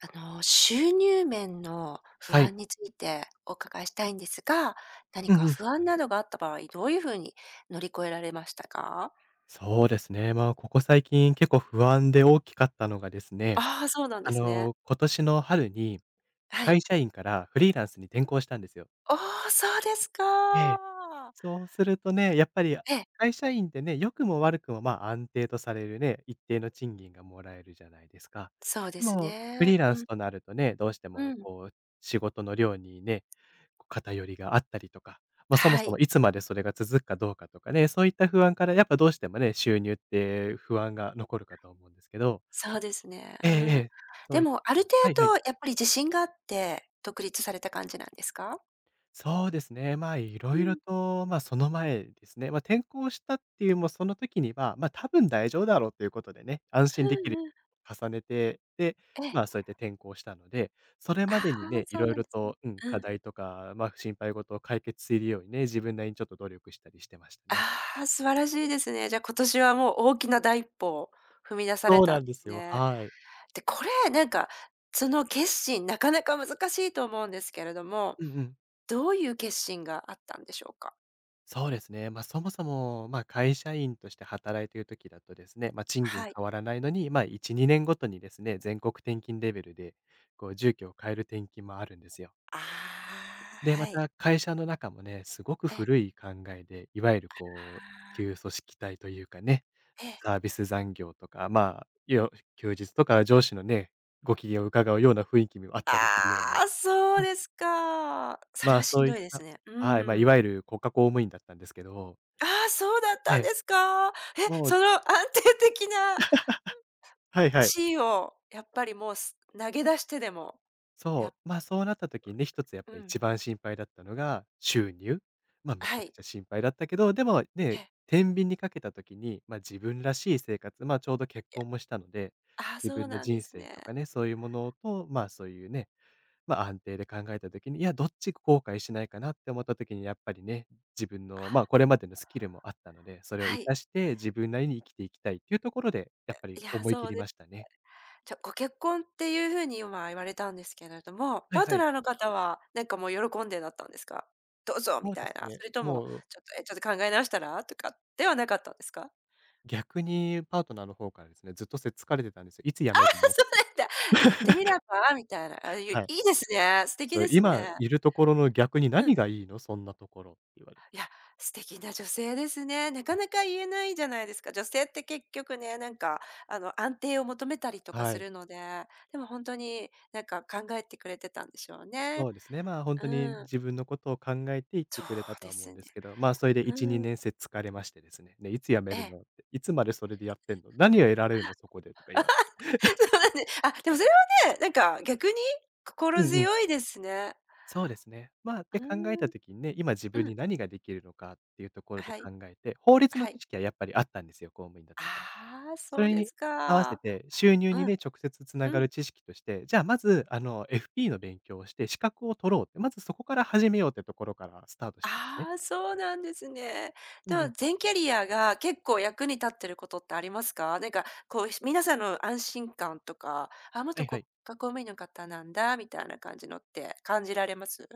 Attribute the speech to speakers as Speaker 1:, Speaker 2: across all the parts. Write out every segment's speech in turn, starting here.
Speaker 1: 収入面の不
Speaker 2: はい。
Speaker 1: 安についてお伺いしたいんですが、何
Speaker 2: うん
Speaker 1: か
Speaker 2: うん。
Speaker 1: 不安などがあった場合、どういうふうに乗り越えられましたか？
Speaker 2: そうですね。まあ、ここ最近結構不安で大きかったのがですね、
Speaker 1: ああ、そうなんですね。
Speaker 2: 今年の春に
Speaker 1: は
Speaker 2: 会
Speaker 1: い。
Speaker 2: 社員からフリーランスに転向したんですよ。
Speaker 1: ああ、そうです
Speaker 2: ええ。
Speaker 1: か。
Speaker 2: そうするとね、やっぱり
Speaker 1: ええ、
Speaker 2: 会社員ってね、良くも悪くも、まあ、安定とされるね、一定の賃金がもらえるじゃないですか。
Speaker 1: そうで
Speaker 2: で
Speaker 1: す
Speaker 2: も、フ
Speaker 1: ね。
Speaker 2: リーラン
Speaker 1: う
Speaker 2: ス
Speaker 1: ん、
Speaker 2: となるとね、どうして
Speaker 1: う
Speaker 2: も
Speaker 1: ん。
Speaker 2: こう仕事の量にね、偏りがあったりとか、まあ、そも
Speaker 1: は
Speaker 2: そも
Speaker 1: い、
Speaker 2: いつまでそれが続くかどうかとかね、そういった不安からやっぱどうしてもね、収入って不安が残るかと思うんですけど。
Speaker 1: そうですね。
Speaker 2: え
Speaker 1: う
Speaker 2: ええ
Speaker 1: ん。
Speaker 2: え、そ
Speaker 1: で
Speaker 2: ういった
Speaker 1: もあ
Speaker 2: 時
Speaker 1: る
Speaker 2: に。
Speaker 1: 程
Speaker 2: はいはい。
Speaker 1: 度やっぱり自信があって、独立された感じなんですか？
Speaker 2: そうですね、まあ、いろ
Speaker 1: うん、
Speaker 2: いろ
Speaker 1: うん
Speaker 2: と、まあ、その前ですね、まあ、転校したっていうもうその時には、まあ、多分大丈夫だろうということでね、安
Speaker 1: う
Speaker 2: 心できる
Speaker 1: ん。
Speaker 2: 重ねて、で、
Speaker 1: ええ、
Speaker 2: まあ、そうやって転校したので、それ
Speaker 1: あ
Speaker 2: ま
Speaker 1: あ、
Speaker 2: でにね、い
Speaker 1: そ
Speaker 2: ろ
Speaker 1: う
Speaker 2: い
Speaker 1: なん
Speaker 2: ろ
Speaker 1: ですね。
Speaker 2: と、うん、
Speaker 1: う
Speaker 2: 課
Speaker 1: ん。
Speaker 2: 題とか、まあ、心配事を解決するようにね、自分なりにちょっと努力したりしてましたね。
Speaker 1: ああ、素晴らしいですね。じゃ、今年はもう大きな第一歩を踏み出され
Speaker 2: そうな
Speaker 1: たん
Speaker 2: ん
Speaker 1: で
Speaker 2: で
Speaker 1: す
Speaker 2: すよ、
Speaker 1: ね。
Speaker 2: はい。
Speaker 1: で、これ、その決心、なかなか難しいと思うんですけれども、
Speaker 2: うんうん。
Speaker 1: どういう決心があったんでしょうか？
Speaker 2: そうですね。まあ、そもそも、まあ、会社員として働いている時だとですね、まあ、賃金
Speaker 1: はい。
Speaker 2: 変わらないのに、まあ、1、2年ごとにですね、全国転勤レベルで、こう住居を変える転勤もあるんですよ。
Speaker 1: あ
Speaker 2: で、
Speaker 1: あ、
Speaker 2: ま
Speaker 1: はい。
Speaker 2: た会社の中もね、すごく古
Speaker 1: え
Speaker 2: い考えで、いわゆるこ
Speaker 1: あ
Speaker 2: う、旧
Speaker 1: あ、
Speaker 2: 組織体というかね、
Speaker 1: ええ。
Speaker 2: サービス残業とか、まあ、休日とか上司のね、ご機嫌を伺うような雰囲気もあったりするような。
Speaker 1: ああ、そうですか。それ
Speaker 2: まあ、
Speaker 1: はし
Speaker 2: そ
Speaker 1: ん
Speaker 2: ういっ
Speaker 1: どいで
Speaker 2: た。
Speaker 1: すね。う
Speaker 2: はい、まあ、い
Speaker 1: ーん。
Speaker 2: わゆる国家公務員だったんですけど、
Speaker 1: ああ、そうだっ
Speaker 2: え
Speaker 1: たんで
Speaker 2: え、
Speaker 1: すか。え、
Speaker 2: もう。
Speaker 1: その安定的な
Speaker 2: はいはい、
Speaker 1: 地位をやっぱりもう、投げ出してでも、や
Speaker 2: そ
Speaker 1: っ
Speaker 2: う、まあ、そうなった時にね、一つやっ
Speaker 1: う
Speaker 2: ぱ
Speaker 1: ん。
Speaker 2: 一番心配だったのが収入。まあ、めちゃ
Speaker 1: は
Speaker 2: く
Speaker 1: い。
Speaker 2: ちゃ心配だったけど、でも
Speaker 1: え
Speaker 2: ね、
Speaker 1: え。
Speaker 2: 天秤にかけた時に、まあ、自分らしい生活、まあ、ちょうど結婚もしたので、
Speaker 1: ああ、
Speaker 2: 自
Speaker 1: そう
Speaker 2: 分の
Speaker 1: なん
Speaker 2: 人
Speaker 1: です
Speaker 2: 生
Speaker 1: ね。
Speaker 2: とかね、そういうものと、まあ、そういうね、ま、安定で考えた時に、いや、どっち後悔しないかなって思った時にやっぱりね、自分の、
Speaker 1: あ、
Speaker 2: これまでのスキルもあったので、それを活
Speaker 1: はい。
Speaker 2: かして自分なりに生きていきたいっていうところで、やっぱり
Speaker 1: いや、
Speaker 2: 思い切
Speaker 1: そう
Speaker 2: り
Speaker 1: で
Speaker 2: ましたね。
Speaker 1: じゃ、ご結婚っていう風に今言われたんですけれども、
Speaker 2: はい
Speaker 1: パー
Speaker 2: は
Speaker 1: ト
Speaker 2: い。
Speaker 1: ナーの方はなんかもう喜んでだったんですか？「どうぞ」み
Speaker 2: もう
Speaker 1: た
Speaker 2: で
Speaker 1: い
Speaker 2: す
Speaker 1: な、
Speaker 2: ね。
Speaker 1: それとも
Speaker 2: もう
Speaker 1: 「ちょっと、え、ちょっと考え直したら？」とかではなかったんですか？
Speaker 2: 逆にパートナーの方からですね、ずっとせっつかれてたんですよ。いつ辞める の
Speaker 1: そうなんだ。「やって みれば？」みたいな。あ、
Speaker 2: は
Speaker 1: い
Speaker 2: い。
Speaker 1: いですね。素敵
Speaker 2: そう、
Speaker 1: です
Speaker 2: 今
Speaker 1: ね。
Speaker 2: いるところの逆に
Speaker 1: う
Speaker 2: 何
Speaker 1: ん。
Speaker 2: がいいの？そんなところって言われ
Speaker 1: い
Speaker 2: て。
Speaker 1: や、素敵な女性ですね。な
Speaker 2: う
Speaker 1: か
Speaker 2: ん、
Speaker 1: なか言えないじゃないですか。女性って結局ね、なんか、あの、安定を求めたりとか
Speaker 2: は
Speaker 1: す
Speaker 2: い。
Speaker 1: るので、でも本当に、なんか考えてくれてたんでしょうね。
Speaker 2: そうですね。まあ、本当に
Speaker 1: うん。
Speaker 2: 自分のことを考えて言って
Speaker 1: そう
Speaker 2: くれたと
Speaker 1: で
Speaker 2: は思
Speaker 1: す
Speaker 2: うん
Speaker 1: ね。
Speaker 2: ですけど、まあ、それで1、
Speaker 1: うん。
Speaker 2: 2年生疲れましてですね、ね、いつ辞め
Speaker 1: え
Speaker 2: る
Speaker 1: え。
Speaker 2: のって、いつまでそれでやってんの、何を得られるのそこでとか言われて。
Speaker 1: そうなんであ、でもそれはね、なんか逆に
Speaker 2: う
Speaker 1: 心
Speaker 2: んうん、
Speaker 1: 強いですね。
Speaker 2: そうですね。まあ、っ
Speaker 1: う
Speaker 2: て考えた
Speaker 1: ーん。
Speaker 2: 時にね、今自分
Speaker 1: う
Speaker 2: に
Speaker 1: ん。
Speaker 2: 何ができるのかっていうところで
Speaker 1: はい。
Speaker 2: 考えて、法律の
Speaker 1: は
Speaker 2: 知
Speaker 1: い。
Speaker 2: 識はやっぱりあったんですよ、公務員だったから。
Speaker 1: ああ、
Speaker 2: そ
Speaker 1: そう
Speaker 2: れ
Speaker 1: で
Speaker 2: に
Speaker 1: す
Speaker 2: 合わせ
Speaker 1: か。
Speaker 2: て収入に
Speaker 1: うん、
Speaker 2: ね、直接つな
Speaker 1: う
Speaker 2: がる
Speaker 1: ん。
Speaker 2: 知識として、じゃあまず、FP の勉強をして資格を取ろうって、まずそこから始めようってところからスタートしたんですね。
Speaker 1: ああ、そうなんですね。
Speaker 2: う
Speaker 1: で
Speaker 2: んう
Speaker 1: は、
Speaker 2: ん。
Speaker 1: 全キャリアが結構役に立ってることってありますか？なんか、こう、皆さんの安心感とか、あ、
Speaker 2: は
Speaker 1: 元
Speaker 2: いは
Speaker 1: 国
Speaker 2: い。
Speaker 1: 家公務員の方なんだみたいな感じのって感じられます？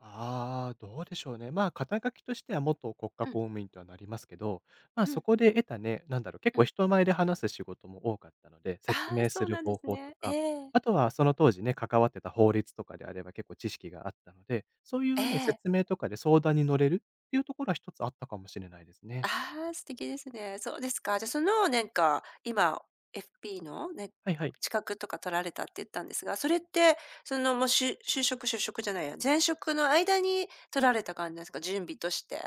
Speaker 2: ああ、どうでしょうね。まあ、肩書きとしては元国家
Speaker 1: う
Speaker 2: 公
Speaker 1: ん、
Speaker 2: 務員とはなりますけど、まあ、
Speaker 1: う
Speaker 2: そ
Speaker 1: ん、
Speaker 2: こで得たね、なんだろう、結
Speaker 1: う
Speaker 2: 構
Speaker 1: ん。
Speaker 2: 人前で話す仕事も多かったので、説
Speaker 1: ああ、
Speaker 2: 明す
Speaker 1: そう
Speaker 2: る
Speaker 1: なんで
Speaker 2: 方
Speaker 1: す
Speaker 2: 法と
Speaker 1: ね。え
Speaker 2: か、
Speaker 1: え、
Speaker 2: あとはその当時ね、関わってた法律とかであれば結構知識があったので、そうい
Speaker 1: え
Speaker 2: うね、
Speaker 1: え。
Speaker 2: 説明とかで相談に乗れるっていうところは一つあったかもしれないですね。
Speaker 1: ああ、素敵ですね。そうですか。じゃあ、今 FP のね、
Speaker 2: はいはい。
Speaker 1: 資格とか取られたって言ったんですが、それって、その、もう、しゅ就職就職じゃないや、前職の間に取られた感じなんですか？準備として。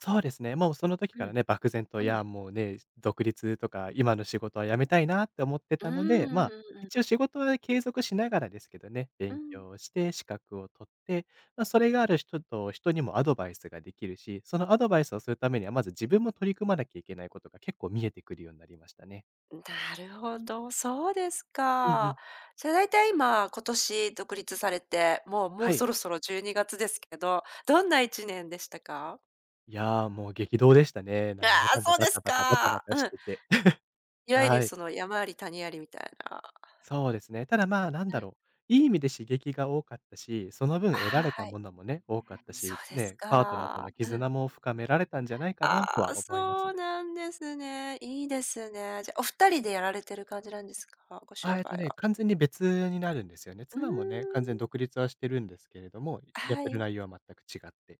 Speaker 2: そうですね。もうその時
Speaker 1: う
Speaker 2: から
Speaker 1: ん、
Speaker 2: ね、漠然と、い
Speaker 1: うん。
Speaker 2: や、もうね、独立とか、今の仕事は辞めたいなって思って
Speaker 1: うー
Speaker 2: た
Speaker 1: ん、
Speaker 2: ので、ま
Speaker 1: うん
Speaker 2: あ、
Speaker 1: うんうん。
Speaker 2: 一応仕事は継続しながらですけどね、
Speaker 1: う
Speaker 2: 勉
Speaker 1: ん。
Speaker 2: 強をして、資格を取って、まあ、それがある人と人にもアドバイスができるし、そのアドバイスをするためには、まず自分も取り組まなきゃいけないことが結構見えてくるようになりましたね。
Speaker 1: なるほど、そうです
Speaker 2: うんうん。
Speaker 1: か。じゃあ、大体今、今年独立されて、も
Speaker 2: は
Speaker 1: う
Speaker 2: い。
Speaker 1: そろそろ12月ですけど、どんな1年でしたか？
Speaker 2: いやー、もう激動でしたね。な
Speaker 1: あ
Speaker 2: んだか
Speaker 1: あ、
Speaker 2: んだ
Speaker 1: そうで
Speaker 2: バタ
Speaker 1: す
Speaker 2: バタバタバ
Speaker 1: か。
Speaker 2: タ
Speaker 1: う
Speaker 2: し
Speaker 1: ん。
Speaker 2: てて。
Speaker 1: いわゆる
Speaker 2: はい。
Speaker 1: その山あり谷ありみたいな。
Speaker 2: そうですね。ただ、まあ、なんだ
Speaker 1: うん。
Speaker 2: ろう、いい意味で刺激が多かったし、その分
Speaker 1: あ
Speaker 2: 得られ
Speaker 1: あ、
Speaker 2: た
Speaker 1: は
Speaker 2: も
Speaker 1: い。
Speaker 2: のもね、多かった
Speaker 1: そ
Speaker 2: し、
Speaker 1: うです
Speaker 2: ね、パートナーと
Speaker 1: か。
Speaker 2: の
Speaker 1: うん。
Speaker 2: 絆も深められたんじゃないかなと
Speaker 1: ああ、
Speaker 2: は思いま
Speaker 1: そ
Speaker 2: す。
Speaker 1: うなんですね。いいですね。じゃ、お二人でやられてる感じなんですか？ご
Speaker 2: あ、
Speaker 1: 商売は。
Speaker 2: 完全に別になるんですよね。
Speaker 1: うー
Speaker 2: 妻もね、完全に
Speaker 1: ん。
Speaker 2: 独立はしてるんですけれども、やっ
Speaker 1: は
Speaker 2: てる
Speaker 1: い。
Speaker 2: 内容は全く違って。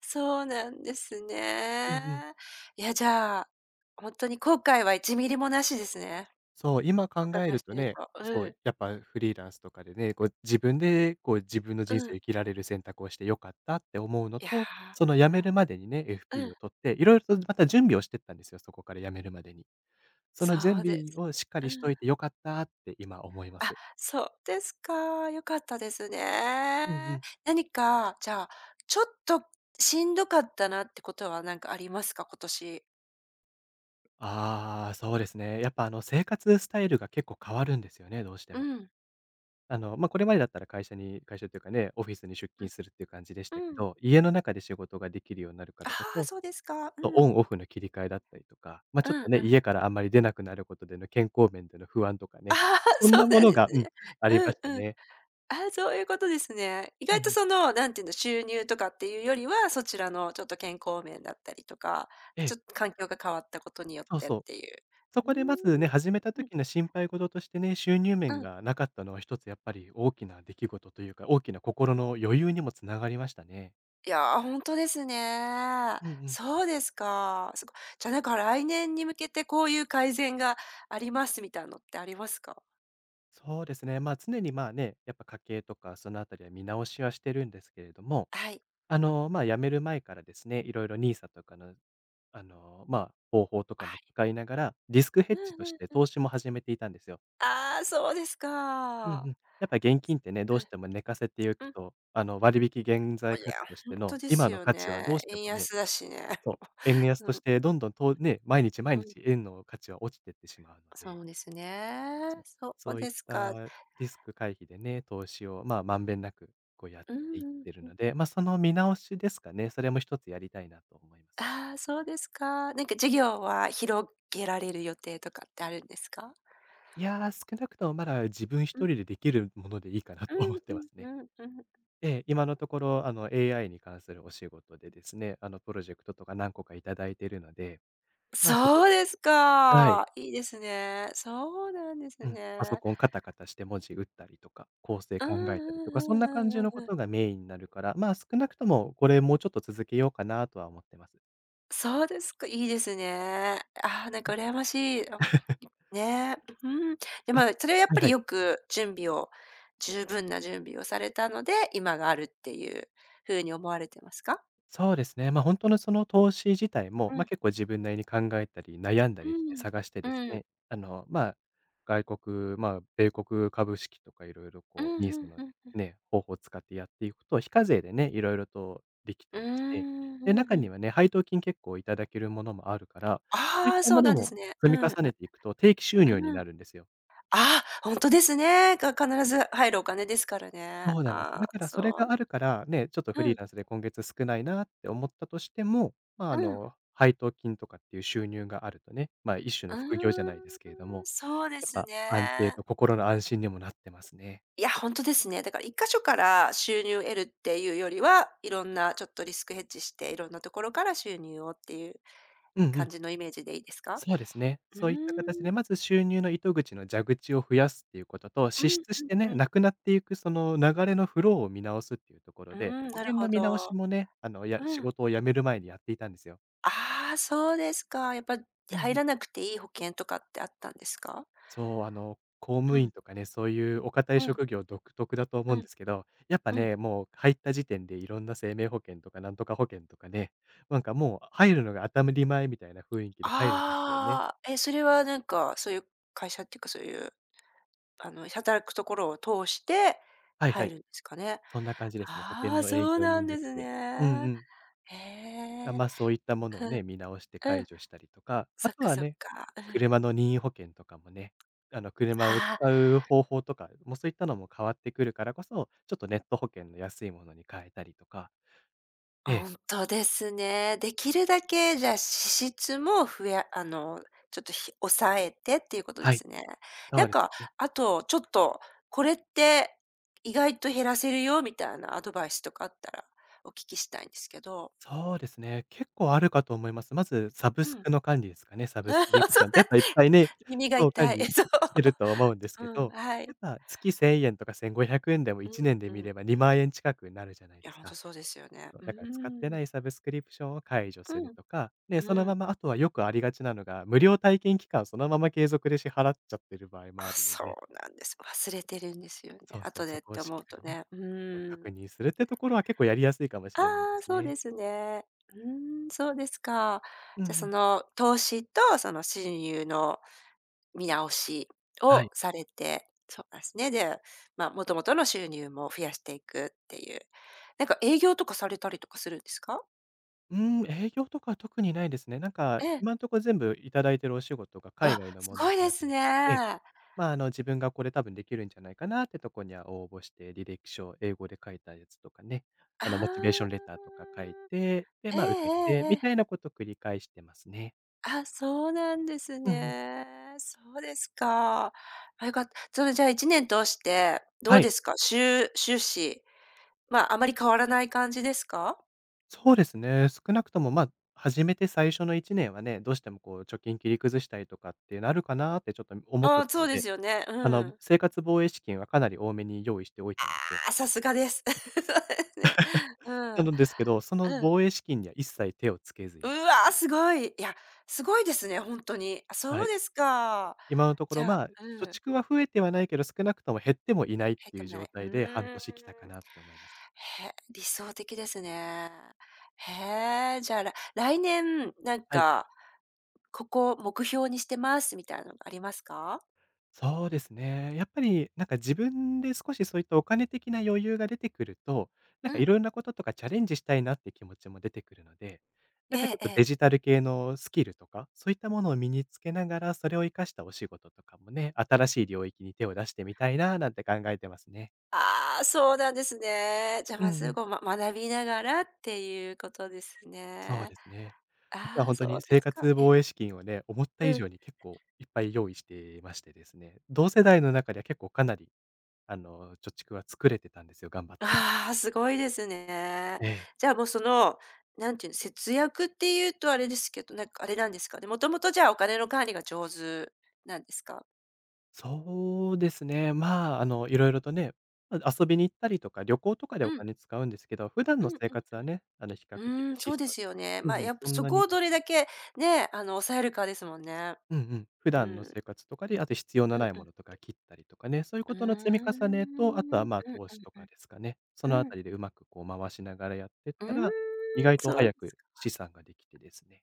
Speaker 1: そうなんです
Speaker 2: うんうん。
Speaker 1: ね。いや、じゃあ、ほんとに後悔は1ミリもなしですね。
Speaker 2: そう、今考
Speaker 1: お
Speaker 2: え
Speaker 1: 伺い
Speaker 2: る
Speaker 1: し
Speaker 2: と
Speaker 1: てる
Speaker 2: ね、
Speaker 1: と。う
Speaker 2: そう、
Speaker 1: ん。
Speaker 2: やっぱフリーランスとかでね、こう自分でこう自分の
Speaker 1: う
Speaker 2: 人生
Speaker 1: ん。
Speaker 2: 生きられる選択をして良かったって思うの
Speaker 1: いや、
Speaker 2: と、その辞めるまでにね、
Speaker 1: う
Speaker 2: FP を
Speaker 1: ん、
Speaker 2: 取って、いろいろとまた準備をしてったんですよ、そこから辞めるまでに。その準
Speaker 1: そうで
Speaker 2: 備
Speaker 1: す
Speaker 2: を
Speaker 1: ね。
Speaker 2: しっかりし
Speaker 1: う
Speaker 2: と
Speaker 1: ん。
Speaker 2: いて良かったって今思いま
Speaker 1: あ、
Speaker 2: す。
Speaker 1: そうですか。良かったです
Speaker 2: うんう
Speaker 1: ね。
Speaker 2: ん。
Speaker 1: 何か、じゃあ、ちょっとしんどかったなってことはなんかありますか？今年。
Speaker 2: ああ、そうですね。やっぱあの生活スタイルが結構変わるんですよね、どうして
Speaker 1: う
Speaker 2: も。
Speaker 1: ん。
Speaker 2: まあ、これまでだったら会社というかね、オフィスに出勤するっていう感じでし
Speaker 1: う
Speaker 2: たけ
Speaker 1: ん。うん。
Speaker 2: ど、家の中で仕事ができるようになるか
Speaker 1: あ
Speaker 2: らこ
Speaker 1: あ、
Speaker 2: そ。
Speaker 1: そうですか。う
Speaker 2: そう、オ
Speaker 1: ん。
Speaker 2: ンオフの切り替えだったりとか、まあ、
Speaker 1: う
Speaker 2: ちょっ
Speaker 1: んう
Speaker 2: とね、
Speaker 1: ん。
Speaker 2: 家からあんまり出なくなることでの健康面での不安とか
Speaker 1: あ
Speaker 2: ね、
Speaker 1: あ、
Speaker 2: そん
Speaker 1: そ
Speaker 2: な
Speaker 1: う
Speaker 2: も
Speaker 1: なん
Speaker 2: の
Speaker 1: です
Speaker 2: が、うん、
Speaker 1: ね。
Speaker 2: ありまし
Speaker 1: う
Speaker 2: た
Speaker 1: んうん。
Speaker 2: ね。
Speaker 1: ああ、そういうことですね。意
Speaker 2: う
Speaker 1: 外
Speaker 2: ん
Speaker 1: と
Speaker 2: うん。
Speaker 1: その、なんていうの、収入とかっていうよりは、そちらのちょっと健康面だったりとか、
Speaker 2: え
Speaker 1: ち
Speaker 2: え、
Speaker 1: ょっと環境が変わったことによっ
Speaker 2: そう
Speaker 1: てっ
Speaker 2: そう。
Speaker 1: ていう。
Speaker 2: そ
Speaker 1: うー
Speaker 2: こでまずね、
Speaker 1: ん。
Speaker 2: 始めた
Speaker 1: うん、うん。
Speaker 2: 時の心配事としてね、収入面がなかったのは一つやっぱり大きな出来事というか、大きな心の余裕にもつながりましたね。
Speaker 1: いやー、ほんとですね。
Speaker 2: うんうん。
Speaker 1: そうですか。じゃ、なんか来年に向けてこういう改善がありますみたいなのってありますか？
Speaker 2: そうですね、まあ、常にまあね、やっぱ家計とかそのあたりは見直しはしてるんですけれども、
Speaker 1: はい。
Speaker 2: まあ、辞める前からですね、いろいろニーサとかの、まあ、方法と
Speaker 1: あ、
Speaker 2: かも使いながら、リスクヘ
Speaker 1: う
Speaker 2: ッジとし
Speaker 1: ん
Speaker 2: て
Speaker 1: うん。
Speaker 2: 投資も始めていたんですよ。
Speaker 1: ああ、そうです
Speaker 2: うんうん。
Speaker 1: か。
Speaker 2: やっぱ現金ってね、ど
Speaker 1: う
Speaker 2: うし
Speaker 1: ん
Speaker 2: ても寝かせていく
Speaker 1: うん。
Speaker 2: と、割引現在
Speaker 1: いや、
Speaker 2: 価値とし
Speaker 1: ほ
Speaker 2: て
Speaker 1: んと
Speaker 2: の
Speaker 1: で
Speaker 2: 今
Speaker 1: す
Speaker 2: の
Speaker 1: よ
Speaker 2: 価値はどう
Speaker 1: ね。
Speaker 2: して
Speaker 1: 円
Speaker 2: もね、
Speaker 1: 安だしね。
Speaker 2: そう、円安とし
Speaker 1: う、
Speaker 2: てどんどんとね、毎日
Speaker 1: う
Speaker 2: 毎
Speaker 1: んうん。
Speaker 2: 日円の価値は落ちてってしまうの
Speaker 1: そ
Speaker 2: で、
Speaker 1: うですね。
Speaker 2: そう、
Speaker 1: そ
Speaker 2: そ
Speaker 1: う
Speaker 2: ういっ
Speaker 1: ですか。
Speaker 2: たリスク回避でね、投資を、まあ、まんべんなくこうやっ
Speaker 1: うん
Speaker 2: ていっ
Speaker 1: うん
Speaker 2: てる
Speaker 1: うん。
Speaker 2: ので、まあ、その見直しですかね、それも一つやりたいなと思います。
Speaker 1: ああ、そうですか。なんか授業は広げられる予定とかってあるんですか？
Speaker 2: いやー、少なくともまだ自分
Speaker 1: う
Speaker 2: 一人
Speaker 1: ん、
Speaker 2: でできるものでいいかなと
Speaker 1: う
Speaker 2: 思
Speaker 1: ん
Speaker 2: って
Speaker 1: う
Speaker 2: ま
Speaker 1: ん
Speaker 2: す
Speaker 1: う
Speaker 2: ね。
Speaker 1: んうん。
Speaker 2: ええ、今のところ、AI に関するお仕事でですね、プロジェクトとか何個かいただいてるので、まあ、そこ
Speaker 1: そうで
Speaker 2: で。
Speaker 1: す
Speaker 2: はい。
Speaker 1: か。いいですね。そうなんです
Speaker 2: うん、パソ
Speaker 1: ね。
Speaker 2: コンカタカタして文字打ったりとか、構成
Speaker 1: うん
Speaker 2: 考えたりとか、そん
Speaker 1: うん
Speaker 2: な
Speaker 1: う
Speaker 2: 感じ
Speaker 1: んうん
Speaker 2: の
Speaker 1: うん
Speaker 2: こ
Speaker 1: うん。
Speaker 2: とがメインになるから、まあ、少なくともこれもうちょっと続けようかなとは思ってます。
Speaker 1: そうですか、いいですね。ああ、なんか羨ましい。あ、ね。うん。で
Speaker 2: あ、
Speaker 1: も、それはやっ
Speaker 2: はい
Speaker 1: ぱ
Speaker 2: は
Speaker 1: り
Speaker 2: い。
Speaker 1: よく準備を十分な準備をされたので、今があるっていう風に思われてますか？
Speaker 2: そうですね。ま、あ本当のその投資自体も、
Speaker 1: う
Speaker 2: ま、
Speaker 1: ん。
Speaker 2: 結構自分なりに考えたり、悩んだ
Speaker 1: う
Speaker 2: りして
Speaker 1: ん。
Speaker 2: 探してです
Speaker 1: うん。
Speaker 2: ね、ま、外国、ま、米国株式とかいろいろ
Speaker 1: う
Speaker 2: こう
Speaker 1: ん、
Speaker 2: ニ i s の
Speaker 1: ふんふん。
Speaker 2: ね、方法を使ってやっていくと、非課税でね、いろいろとできた
Speaker 1: うーん、
Speaker 2: り
Speaker 1: う
Speaker 2: して、
Speaker 1: んうんうんうんう
Speaker 2: で、
Speaker 1: んうんうーんうん
Speaker 2: 中
Speaker 1: う
Speaker 2: に
Speaker 1: ん、
Speaker 2: はね、配当金結構いただけるものもあるから、そういっ
Speaker 1: ああ、
Speaker 2: た
Speaker 1: そ
Speaker 2: も
Speaker 1: う
Speaker 2: の
Speaker 1: なんで
Speaker 2: も
Speaker 1: すね。
Speaker 2: 積
Speaker 1: う
Speaker 2: み
Speaker 1: んうん。
Speaker 2: 重ねていくと定期収入に
Speaker 1: うん。
Speaker 2: なるんですよ。
Speaker 1: あ、本当ですね。が必ず入るお金ですからね。
Speaker 2: そうなんです。
Speaker 1: あ
Speaker 2: だ
Speaker 1: あ、
Speaker 2: からそれ
Speaker 1: そう。
Speaker 2: があるから、ね、ちょっとフ
Speaker 1: う
Speaker 2: リー
Speaker 1: ん、
Speaker 2: ランスで今月少ないなって思ったとしても、まあ、
Speaker 1: うん。
Speaker 2: 配当金とかっていう収入があるとね、まあ、一種の
Speaker 1: う
Speaker 2: 副業じゃ
Speaker 1: ー
Speaker 2: ないですけれど
Speaker 1: ん、
Speaker 2: も、
Speaker 1: そうで
Speaker 2: やっ
Speaker 1: す
Speaker 2: ぱ安定と
Speaker 1: ね。
Speaker 2: 心の安心にもなってますね。
Speaker 1: いや、本当ですね。だから一箇所から収入を得るっていうよりは、いろんなちょっとリスクヘッジして、いろんなところから収入をっていう
Speaker 2: うんう
Speaker 1: 感
Speaker 2: ん。
Speaker 1: じのイメージでいいですか？
Speaker 2: そうですね。
Speaker 1: うー
Speaker 2: そういった形
Speaker 1: ん、
Speaker 2: で、まず収入の糸口の蛇口を増やすっていうことと、
Speaker 1: うん
Speaker 2: 支
Speaker 1: う
Speaker 2: 出し
Speaker 1: ん
Speaker 2: てね、
Speaker 1: うん。
Speaker 2: なくなっていくその流れのフローを見直すっていうところ
Speaker 1: うー
Speaker 2: で、
Speaker 1: ん、
Speaker 2: 保
Speaker 1: なる
Speaker 2: 険の
Speaker 1: ほ
Speaker 2: 見直し
Speaker 1: ど。
Speaker 2: もね、
Speaker 1: う
Speaker 2: 仕
Speaker 1: ん。
Speaker 2: 事を辞める前にやっていたんですよ。
Speaker 1: ああ、そうですか。やっぱ
Speaker 2: うんう
Speaker 1: 入
Speaker 2: ん。
Speaker 1: らなくていい保険とかってあったんですか？
Speaker 2: そう、公
Speaker 1: う
Speaker 2: 務員
Speaker 1: ん、
Speaker 2: とかね、そういうお堅い
Speaker 1: うん、
Speaker 2: 職業独特だと思
Speaker 1: う
Speaker 2: うん
Speaker 1: ん、
Speaker 2: ですけど、やっぱ
Speaker 1: うん。
Speaker 2: ね、もう入った時点でいろんな生命保険とかなんとか保険とかね、なんかもう入るのが当たり前みたいな雰囲気で入るんですよね。
Speaker 1: ああ、え、それはなんか、そういう会社っていうか、そういう、あの、働くところを通して
Speaker 2: はいは
Speaker 1: 入
Speaker 2: い。
Speaker 1: るんですかね。
Speaker 2: そんな感じですね。保険
Speaker 1: ああ、
Speaker 2: の営
Speaker 1: そう
Speaker 2: 業
Speaker 1: な
Speaker 2: 人
Speaker 1: ん
Speaker 2: が
Speaker 1: で
Speaker 2: 来
Speaker 1: す
Speaker 2: て。うんう
Speaker 1: ね。
Speaker 2: ん。
Speaker 1: へ
Speaker 2: あ、
Speaker 1: え。
Speaker 2: ま、そういったものを
Speaker 1: うん、
Speaker 2: ね、見直して
Speaker 1: う
Speaker 2: 解
Speaker 1: ん。
Speaker 2: 除したりとか、あ
Speaker 1: そっ
Speaker 2: と
Speaker 1: か
Speaker 2: は
Speaker 1: そっ
Speaker 2: ね、
Speaker 1: か。うん。
Speaker 2: 車の任意保険とかもね、車を
Speaker 1: はい。
Speaker 2: 使う方法とか、もうそういったのも変わってくるからこそ、ちょっとネット保険の安いものに変えたりとか。ええ、
Speaker 1: 本当ですね。できるだけ、じゃあ、脂質もふやあの、ちょっと抑えてっていうことで
Speaker 2: はい、
Speaker 1: すね。
Speaker 2: そ
Speaker 1: な
Speaker 2: う
Speaker 1: ん
Speaker 2: です
Speaker 1: か、
Speaker 2: ね。
Speaker 1: あと、ちょっと、これって意外と減らせるよみたいなアドバイスとかあったらお聞きしたいんですけど。
Speaker 2: そうですね、結構あるかと思います。まずサブ
Speaker 1: う
Speaker 2: ス
Speaker 1: ん。
Speaker 2: クの管理ですかね、サブスクリ プ
Speaker 1: そ
Speaker 2: ション
Speaker 1: う
Speaker 2: ってや
Speaker 1: だ、
Speaker 2: っぱいっぱいね、
Speaker 1: 耳が
Speaker 2: そう、管
Speaker 1: 痛
Speaker 2: 理
Speaker 1: い。そう。
Speaker 2: してると思うんです
Speaker 1: う
Speaker 2: け
Speaker 1: ん、
Speaker 2: ど、
Speaker 1: は
Speaker 2: やっ
Speaker 1: い。
Speaker 2: ぱ月1000円とか1500円でも
Speaker 1: うん
Speaker 2: 1年で
Speaker 1: う
Speaker 2: 見
Speaker 1: ん
Speaker 2: れば
Speaker 1: うん。
Speaker 2: 2万円近くになるじゃない
Speaker 1: い
Speaker 2: で
Speaker 1: や、
Speaker 2: す
Speaker 1: 本当
Speaker 2: か。
Speaker 1: そうですよね。
Speaker 2: そう、
Speaker 1: う
Speaker 2: だから使って
Speaker 1: ん。
Speaker 2: ないサブスクリプションを解除
Speaker 1: う
Speaker 2: する
Speaker 1: ん、
Speaker 2: とか、で、その
Speaker 1: う
Speaker 2: まま
Speaker 1: ん。
Speaker 2: あとはよくありがちなのが、無料体験期間そのまま継続で支払っちゃってる場合
Speaker 1: あ、
Speaker 2: もあるの
Speaker 1: そ
Speaker 2: で、
Speaker 1: うなんです。忘れてるんですよ
Speaker 2: そ
Speaker 1: ね。
Speaker 2: うそう、
Speaker 1: 後
Speaker 2: そ
Speaker 1: でっ
Speaker 2: こを
Speaker 1: て
Speaker 2: しっ
Speaker 1: 思う
Speaker 2: か
Speaker 1: と
Speaker 2: りね、
Speaker 1: ね。う
Speaker 2: そう、
Speaker 1: ー
Speaker 2: 確
Speaker 1: ん。
Speaker 2: 認するってところは結構やりやすいかもし
Speaker 1: あ
Speaker 2: れないで
Speaker 1: あ、
Speaker 2: す
Speaker 1: そう
Speaker 2: ね。
Speaker 1: ですね。うーん、そうですか。
Speaker 2: うんう
Speaker 1: じゃ、そ
Speaker 2: ん。
Speaker 1: の投資とその親友の見直し
Speaker 2: は
Speaker 1: を
Speaker 2: い。
Speaker 1: されて、そうなんですね。で、まあ、もともとの収入も増やしていくっていう。なんか営業とかされたりとかするんですか？
Speaker 2: うーん、営業とかは特にないですね。なんか、
Speaker 1: ええ。
Speaker 2: 今んとこ全部いただいてるお仕事が海
Speaker 1: あ、
Speaker 2: 外の
Speaker 1: す
Speaker 2: ものに
Speaker 1: ごい
Speaker 2: な
Speaker 1: で
Speaker 2: る
Speaker 1: す
Speaker 2: の
Speaker 1: ね。
Speaker 2: で、
Speaker 1: あ
Speaker 2: まあ、自分がこれ多分できるんじゃないかなってとこには応募して、履歴書、英語で書いたやつとかね、
Speaker 1: あ。
Speaker 2: モチベーションレターとか書いて、で、
Speaker 1: ええ
Speaker 2: ま
Speaker 1: え
Speaker 2: あ、受けて、
Speaker 1: ええ
Speaker 2: み
Speaker 1: え、
Speaker 2: たいなこと繰り返してますね。
Speaker 1: あ、そうなんです
Speaker 2: うんうん。
Speaker 1: ね。そうですか。あ、よかった。それじゃあ1年通して、ど
Speaker 2: は
Speaker 1: う
Speaker 2: い。
Speaker 1: ですか？しゅう終始、まあ、あまり変わらない感じですか？
Speaker 2: そうですね。少なくとも、まあ、初めて最初の1年はね、どうしてもこう、貯金切り崩したりとかってなるかなってちょっと思っ
Speaker 1: あ
Speaker 2: てた
Speaker 1: あ、そ
Speaker 2: の
Speaker 1: うで
Speaker 2: で、
Speaker 1: すよね。うん。
Speaker 2: 生活防衛資金はかなり多めに用意しておいたんですよ。
Speaker 1: あ、さすがです。そうですね。うん、
Speaker 2: な
Speaker 1: う
Speaker 2: のですけど、その
Speaker 1: ん。
Speaker 2: 防衛資金には一切手をつけず
Speaker 1: う
Speaker 2: に。
Speaker 1: わ、すごい。いや、すごいですね、本当に。あ、
Speaker 2: は
Speaker 1: そう
Speaker 2: い、
Speaker 1: ですか。
Speaker 2: 今のとこ
Speaker 1: じ
Speaker 2: ろ、
Speaker 1: ゃ
Speaker 2: ま
Speaker 1: あ、
Speaker 2: あ、
Speaker 1: う
Speaker 2: 貯
Speaker 1: ん。
Speaker 2: 蓄は増えてはないけど、少なくとも減ってもいないっ
Speaker 1: 入っ
Speaker 2: てい
Speaker 1: て
Speaker 2: う
Speaker 1: もな
Speaker 2: 状
Speaker 1: い。う
Speaker 2: 態で半
Speaker 1: ーん。
Speaker 2: 年来たかなって思います。
Speaker 1: へ、理想的ですね。へえ、じゃあ、来年、なん
Speaker 2: はい。
Speaker 1: か、ここを目標にしてますみたいなのがありますか？
Speaker 2: そうですね。やっぱりなんか自分で少しそういったお金的な余裕が出てくると、なん
Speaker 1: う
Speaker 2: かい
Speaker 1: ん。
Speaker 2: ろんなこととかチャレンジしたいなって気持ちも出てくるので、なん
Speaker 1: え
Speaker 2: かちょ
Speaker 1: え
Speaker 2: っ
Speaker 1: え
Speaker 2: と
Speaker 1: え。
Speaker 2: デジタル系のスキルとか、そういったものを身につけながら、それを活かしたお仕事とかもね、新しい領域に手を出してみたいななんて考えてますね。
Speaker 1: ああ、そうなんですね。じゃあ、
Speaker 2: う
Speaker 1: ま
Speaker 2: んう
Speaker 1: ず、
Speaker 2: ん。
Speaker 1: 学びながらっていうことです
Speaker 2: そう
Speaker 1: ね。
Speaker 2: ですね。あとは
Speaker 1: ああ、
Speaker 2: 本当
Speaker 1: そ
Speaker 2: に
Speaker 1: うで
Speaker 2: 生
Speaker 1: すか。
Speaker 2: 活
Speaker 1: え、
Speaker 2: 防衛資金をね、思った以
Speaker 1: う
Speaker 2: 上
Speaker 1: ん。
Speaker 2: に結構いっぱい用意していましてですね、同世代の中では結構かなり、貯蓄は作れてたんですよ、頑張って。
Speaker 1: ああ、すごいですね。
Speaker 2: ええ、
Speaker 1: じゃあもうその、なんていうの、節約っていうとあれですけど、なんかあれなんですかね。もともとじゃあお金の管理が上手なんですか？
Speaker 2: そうですね。まあ、いろいろとね、ま、遊びに行ったりとか、旅行とかで
Speaker 1: う
Speaker 2: お
Speaker 1: ん、
Speaker 2: 金使うんですけど、普段
Speaker 1: う
Speaker 2: の
Speaker 1: ん
Speaker 2: 生活は
Speaker 1: う
Speaker 2: ね、比較的
Speaker 1: ん。うーん、そう
Speaker 2: 質
Speaker 1: で
Speaker 2: 素
Speaker 1: す
Speaker 2: に。
Speaker 1: よね。
Speaker 2: う
Speaker 1: ま
Speaker 2: ん
Speaker 1: あ、
Speaker 2: うん、
Speaker 1: やっ
Speaker 2: そ
Speaker 1: ぱ
Speaker 2: ん
Speaker 1: そ
Speaker 2: な
Speaker 1: こ
Speaker 2: に。
Speaker 1: をどれだけね、あの、抑えるかですもんね。
Speaker 2: うんうん、普
Speaker 1: う
Speaker 2: 段の
Speaker 1: ん。
Speaker 2: 生活とかで、あと必要の
Speaker 1: うんう
Speaker 2: な
Speaker 1: ん。
Speaker 2: いものとか切ったりとかね、そういう
Speaker 1: う
Speaker 2: こ
Speaker 1: ーん。
Speaker 2: との積み重
Speaker 1: う
Speaker 2: ねと、あとは、
Speaker 1: ん
Speaker 2: まあ、
Speaker 1: うん
Speaker 2: 投資と
Speaker 1: う
Speaker 2: かですかね。その
Speaker 1: ん。
Speaker 2: あ
Speaker 1: うん。
Speaker 2: たりでうまくこう回しながらやってっ
Speaker 1: うー
Speaker 2: た
Speaker 1: ん、
Speaker 2: ら、意外と
Speaker 1: そう
Speaker 2: 早
Speaker 1: で
Speaker 2: く
Speaker 1: す。
Speaker 2: 資産ができてですね。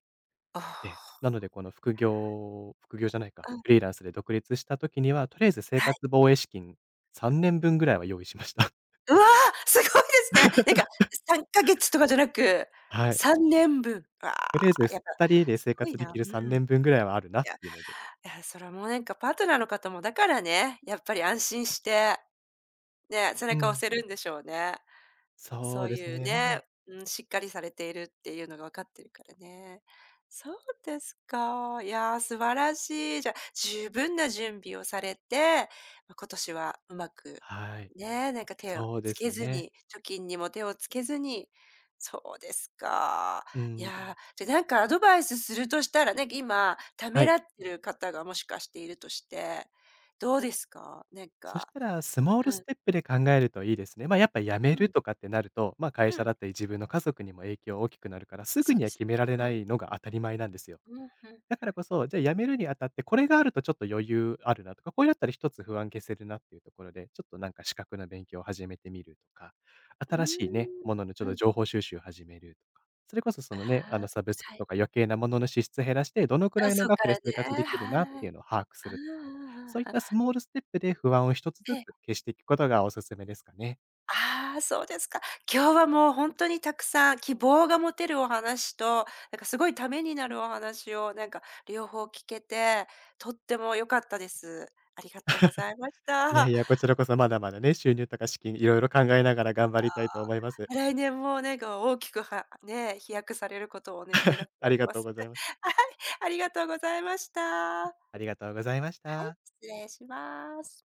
Speaker 1: あ
Speaker 2: ええ。なので、この副業、副業じゃないか、
Speaker 1: あ。うん。
Speaker 2: フリーランスで独立した時には、とりあえず生活防衛資金3年分ぐらいは用意しました。
Speaker 1: うわ、すごいですね。なんか3ヶ月とかじゃなく、
Speaker 2: はい。
Speaker 1: 3年分。わ
Speaker 2: とりあえず
Speaker 1: あ、やっぱ
Speaker 2: 2人で
Speaker 1: す
Speaker 2: 生
Speaker 1: ごい
Speaker 2: 活でき
Speaker 1: な。
Speaker 2: る
Speaker 1: う
Speaker 2: 3
Speaker 1: ん。
Speaker 2: 年分ぐらいはあるなっ
Speaker 1: いや、
Speaker 2: ていうので。
Speaker 1: いや、それはもうなんかパートナーの方もだからね、やっぱり安心して、ね、背
Speaker 2: う
Speaker 1: 中を押
Speaker 2: ん。
Speaker 1: せるんでしょうね。
Speaker 2: そ
Speaker 1: そ
Speaker 2: う
Speaker 1: う
Speaker 2: です
Speaker 1: いう
Speaker 2: ね。まあ。
Speaker 1: ね、うん、しっかりされているっていうのが分かってるからね。そうですか。いやー、素晴らしい。じゃあ、十分な準備をされて、ま、今年はうまく、
Speaker 2: はい。
Speaker 1: ね、なんか手を
Speaker 2: そうで
Speaker 1: つ
Speaker 2: す
Speaker 1: けず
Speaker 2: ね。
Speaker 1: に、貯金にも手をつけずに。そうですか。
Speaker 2: う
Speaker 1: い
Speaker 2: ん。
Speaker 1: やー、じゃ、なんかアドバイスするとしたらね、今、た
Speaker 2: は
Speaker 1: め
Speaker 2: い。
Speaker 1: らってる方がもしかしているとして、どうですか？なん
Speaker 2: そし
Speaker 1: か、
Speaker 2: たら、スモール
Speaker 1: う
Speaker 2: ス
Speaker 1: ん、
Speaker 2: テップで考えるといいですね。まあ、やっぱ辞め
Speaker 1: う
Speaker 2: る
Speaker 1: ん、
Speaker 2: とかってなると、まあ、会
Speaker 1: う
Speaker 2: 社
Speaker 1: ん、
Speaker 2: だったり自分の家族にも影響大きくなるから、すぐ
Speaker 1: そう
Speaker 2: に
Speaker 1: で
Speaker 2: は
Speaker 1: す
Speaker 2: 決められな
Speaker 1: ね。
Speaker 2: いのが当たり前なんですよ。
Speaker 1: うん、うんうん。
Speaker 2: だからこそ、じゃあ辞めるにあたって、これがあるとちょっと余裕あるなとか、これだったら一つ不安消せるなっていうところで、ちょっとなんか資格の勉強を始めてみるとか、
Speaker 1: うー
Speaker 2: 新しいね、
Speaker 1: ん。
Speaker 2: もののちょっ
Speaker 1: う
Speaker 2: と
Speaker 1: ん。
Speaker 2: 情報収集を始めるとか、それこそそ
Speaker 1: あ
Speaker 2: のね、あの
Speaker 1: あ、
Speaker 2: サブスク
Speaker 1: は
Speaker 2: と
Speaker 1: い。
Speaker 2: か余計なものの支出減らして、どのくら
Speaker 1: あ、
Speaker 2: いの
Speaker 1: か
Speaker 2: 額で
Speaker 1: ら
Speaker 2: 生活で
Speaker 1: ね、
Speaker 2: きるなっ
Speaker 1: は
Speaker 2: ていう
Speaker 1: い。
Speaker 2: のを把握す
Speaker 1: ああ
Speaker 2: るとか、そういっ
Speaker 1: ああああ、うは。
Speaker 2: たスモールステップで不安を一つ
Speaker 1: え
Speaker 2: ず つ
Speaker 1: え。
Speaker 2: 消していくことがおすすめですかね。
Speaker 1: ああ、そうですか。今日はもうほんとにたくさん希望が持てるお話と、なんかすごいためになるお話を、なんか両方聞けて、とっても良かったです。ありがとうございまし
Speaker 2: いや
Speaker 1: た。
Speaker 2: いや、こちらこそまだまだね、収入とか資金いろいろ考えながら頑張りたいと思います。
Speaker 1: 来年もなんか大きくはね、飛躍されることをね、願って
Speaker 2: あ
Speaker 1: お
Speaker 2: り
Speaker 1: り
Speaker 2: が
Speaker 1: ま
Speaker 2: とう
Speaker 1: す。
Speaker 2: ございま す。
Speaker 1: はい、ありがとうございました。
Speaker 2: ありがとうございました。
Speaker 1: 失礼します。